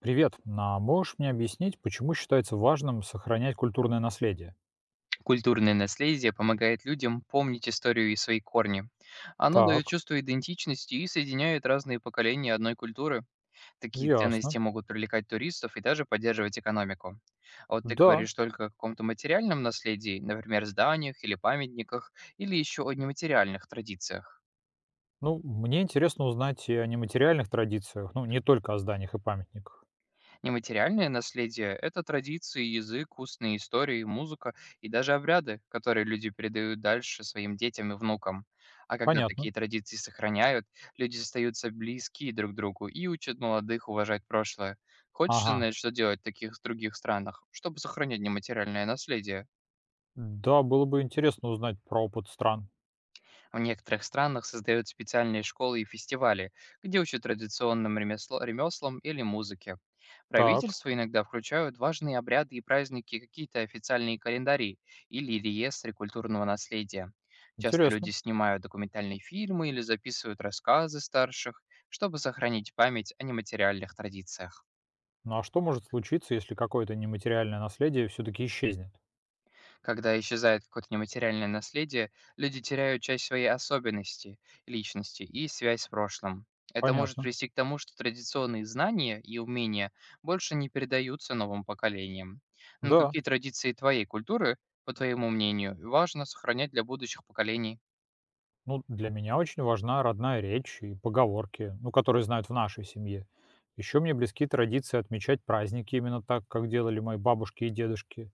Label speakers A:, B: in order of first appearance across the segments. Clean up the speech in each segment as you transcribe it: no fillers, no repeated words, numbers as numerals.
A: Привет, а можешь мне объяснить, почему считается важным сохранять культурное наследие?
B: Культурное наследие помогает людям помнить историю и свои корни. Оно дает
A: Так,
B: чувство идентичности и соединяет разные поколения одной культуры. Такие
A: ясно.
B: ценности могут привлекать туристов и даже поддерживать экономику. А вот ты
A: Да,
B: говоришь только о каком-то материальном наследии, например, зданиях или памятниках, или еще о нематериальных традициях.
A: ну, мне интересно узнать и о нематериальных традициях, ну, не только о зданиях и памятниках.
B: Нематериальное наследие– это традиции, язык, устные истории, музыка и даже обряды, которые люди передают дальше своим детям и внукам. А когда
A: Понятно.
B: такие традиции сохраняют, люди остаются близки друг к другу и учат молодых уважать прошлое. Хочешь
A: Ага.
B: узнать, что делать в таких других странах, чтобы сохранять нематериальное наследие?
A: Да, было бы интересно узнать про опыт стран.
B: В некоторых странах создают специальные школы и фестивали, где учат традиционным ремеслам или музыке.
A: Так,
B: Правительство иногда включают важные обряды и праздники, в какие-то официальные календари или реестры культурного наследия. Часто люди
A: интересно.
B: снимают документальные фильмы или записывают рассказы старших, чтобы сохранить память о нематериальных традициях.
A: Ну а что может случиться, если какое-то нематериальное наследие все-таки исчезнет?
B: Когда исчезает какое-то нематериальное наследие, люди теряют часть своей особенности, личности и связь с прошлым. Это может
A: Понятно.
B: привести к тому, что традиционные знания и умения больше не передаются новым поколениям. Но
A: Да.
B: какие традиции твоей культуры, по твоему мнению, важно сохранять для будущих поколений?
A: Ну, для меня очень важна родная речь и поговорки, ну, которые знают в нашей семье. Еще мне близки традиции отмечать праздники именно так, как делали мои бабушки и дедушки.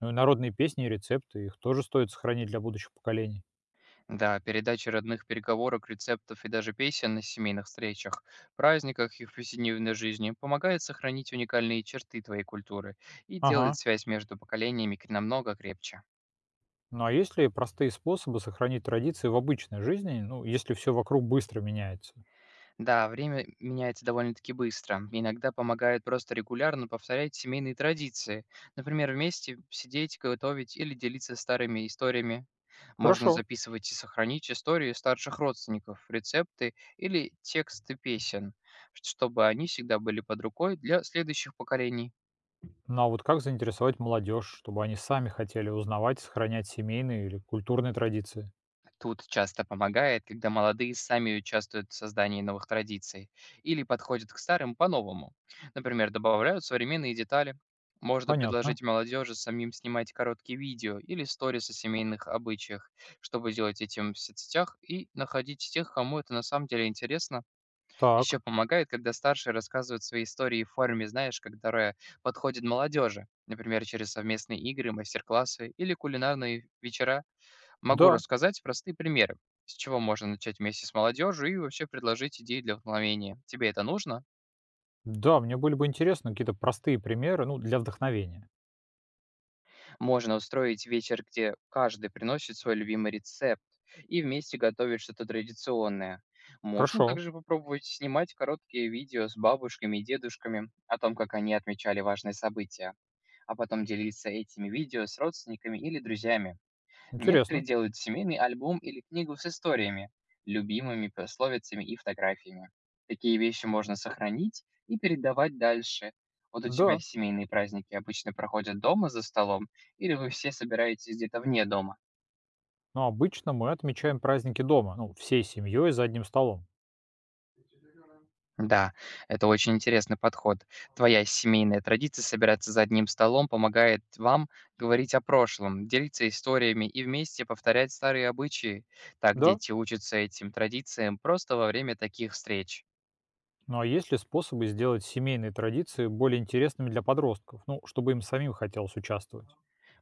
A: Ну и народные песни и рецепты, их тоже стоит сохранить для будущих поколений.
B: Да, передачи родных переговорок, рецептов и даже песен на семейных встречах, праздниках и в повседневной жизни помогает сохранить уникальные черты твоей культуры и делает
A: Ага.
B: связь между поколениями намного крепче.
A: Ну а есть ли простые способы сохранить традиции в обычной жизни, ну, если все вокруг быстро меняется?
B: Да, время меняется довольно-таки быстро. Иногда помогает просто регулярно повторять семейные традиции. Например, вместе сидеть, готовить или делиться старыми историями. Можно
A: Хорошо.
B: записывать и сохранить истории старших родственников, рецепты или тексты песен, чтобы они всегда были под рукой для следующих поколений.
A: Ну а вот как заинтересовать молодежь, чтобы они сами хотели узнавать и сохранять семейные или культурные традиции?
B: Тут часто помогает, когда молодые сами участвуют в создании новых традиций или подходят к старым по-новому. Например, добавляют современные детали. Можно
A: Понятно.
B: предложить молодежи самим снимать короткие видео или сторисы о семейных обычаях, чтобы делать этим в соцсетях и находить тех, кому это на самом деле интересно.
A: Так.
B: Еще помогает, когда старшие рассказывают свои истории в форме, знаешь, которая подходит молодежи, например, через совместные игры, мастер-классы или кулинарные вечера. Могу
A: Да,
B: рассказать простые примеры, с чего можно начать вместе с молодежью и вообще предложить идеи для вдохновения. Тебе это нужно?
A: Да, мне были бы интересны какие-то простые примеры, ну, для вдохновения.
B: Можно устроить вечер, где каждый приносит свой любимый рецепт и вместе готовит что-то традиционное. Можно
A: Хорошо,
B: также попробовать снимать короткие видео с бабушками и дедушками о том, как они отмечали важные события, а потом делиться этими видео с родственниками или друзьями. Некоторые
A: интересно.
B: делают семейный альбом или книгу с историями, любимыми пословицами и фотографиями. Такие вещи можно сохранить и передавать дальше. Вот у тебя
A: Да,
B: семейные праздники обычно проходят дома за столом, или вы все собираетесь где-то вне дома?
A: но обычно мы отмечаем праздники дома, ну, всей семьей за одним столом.
B: Да, это очень интересный подход. Твоя семейная традиция собираться за одним столом помогает вам говорить о прошлом, делиться историями и вместе повторять старые обычаи. Так
A: Да,
B: дети учатся этим традициям просто во время таких встреч.
A: ну а есть ли способы сделать семейные традиции более интересными для подростков, ну, чтобы им самим хотелось участвовать?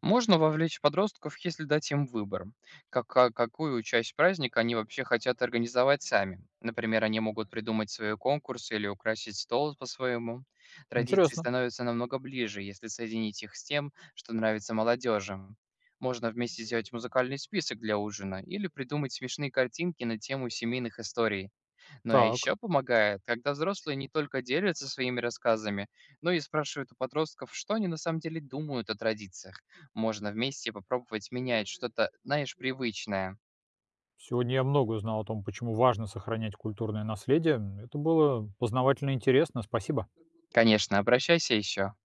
B: Можно вовлечь подростков, если дать им выбор, какую часть праздника они вообще хотят организовать сами. Например, они могут придумать свои конкурс или украсить стол по-своему. Традиции
A: Интересно.
B: становятся намного ближе, если соединить их с тем, что нравится молодежи. Можно вместе сделать музыкальный список для ужина или придумать смешные картинки на тему семейных историй. Ну а
A: Так,
B: еще помогает, когда взрослые не только делятся своими рассказами, но и спрашивают у подростков, что они на самом деле думают о традициях. Можно вместе попробовать менять что-то, знаешь, привычное.
A: сегодня я много узнал о том, почему важно сохранять культурное наследие. Это было познавательно интересно, спасибо.
B: Конечно, обращайся еще.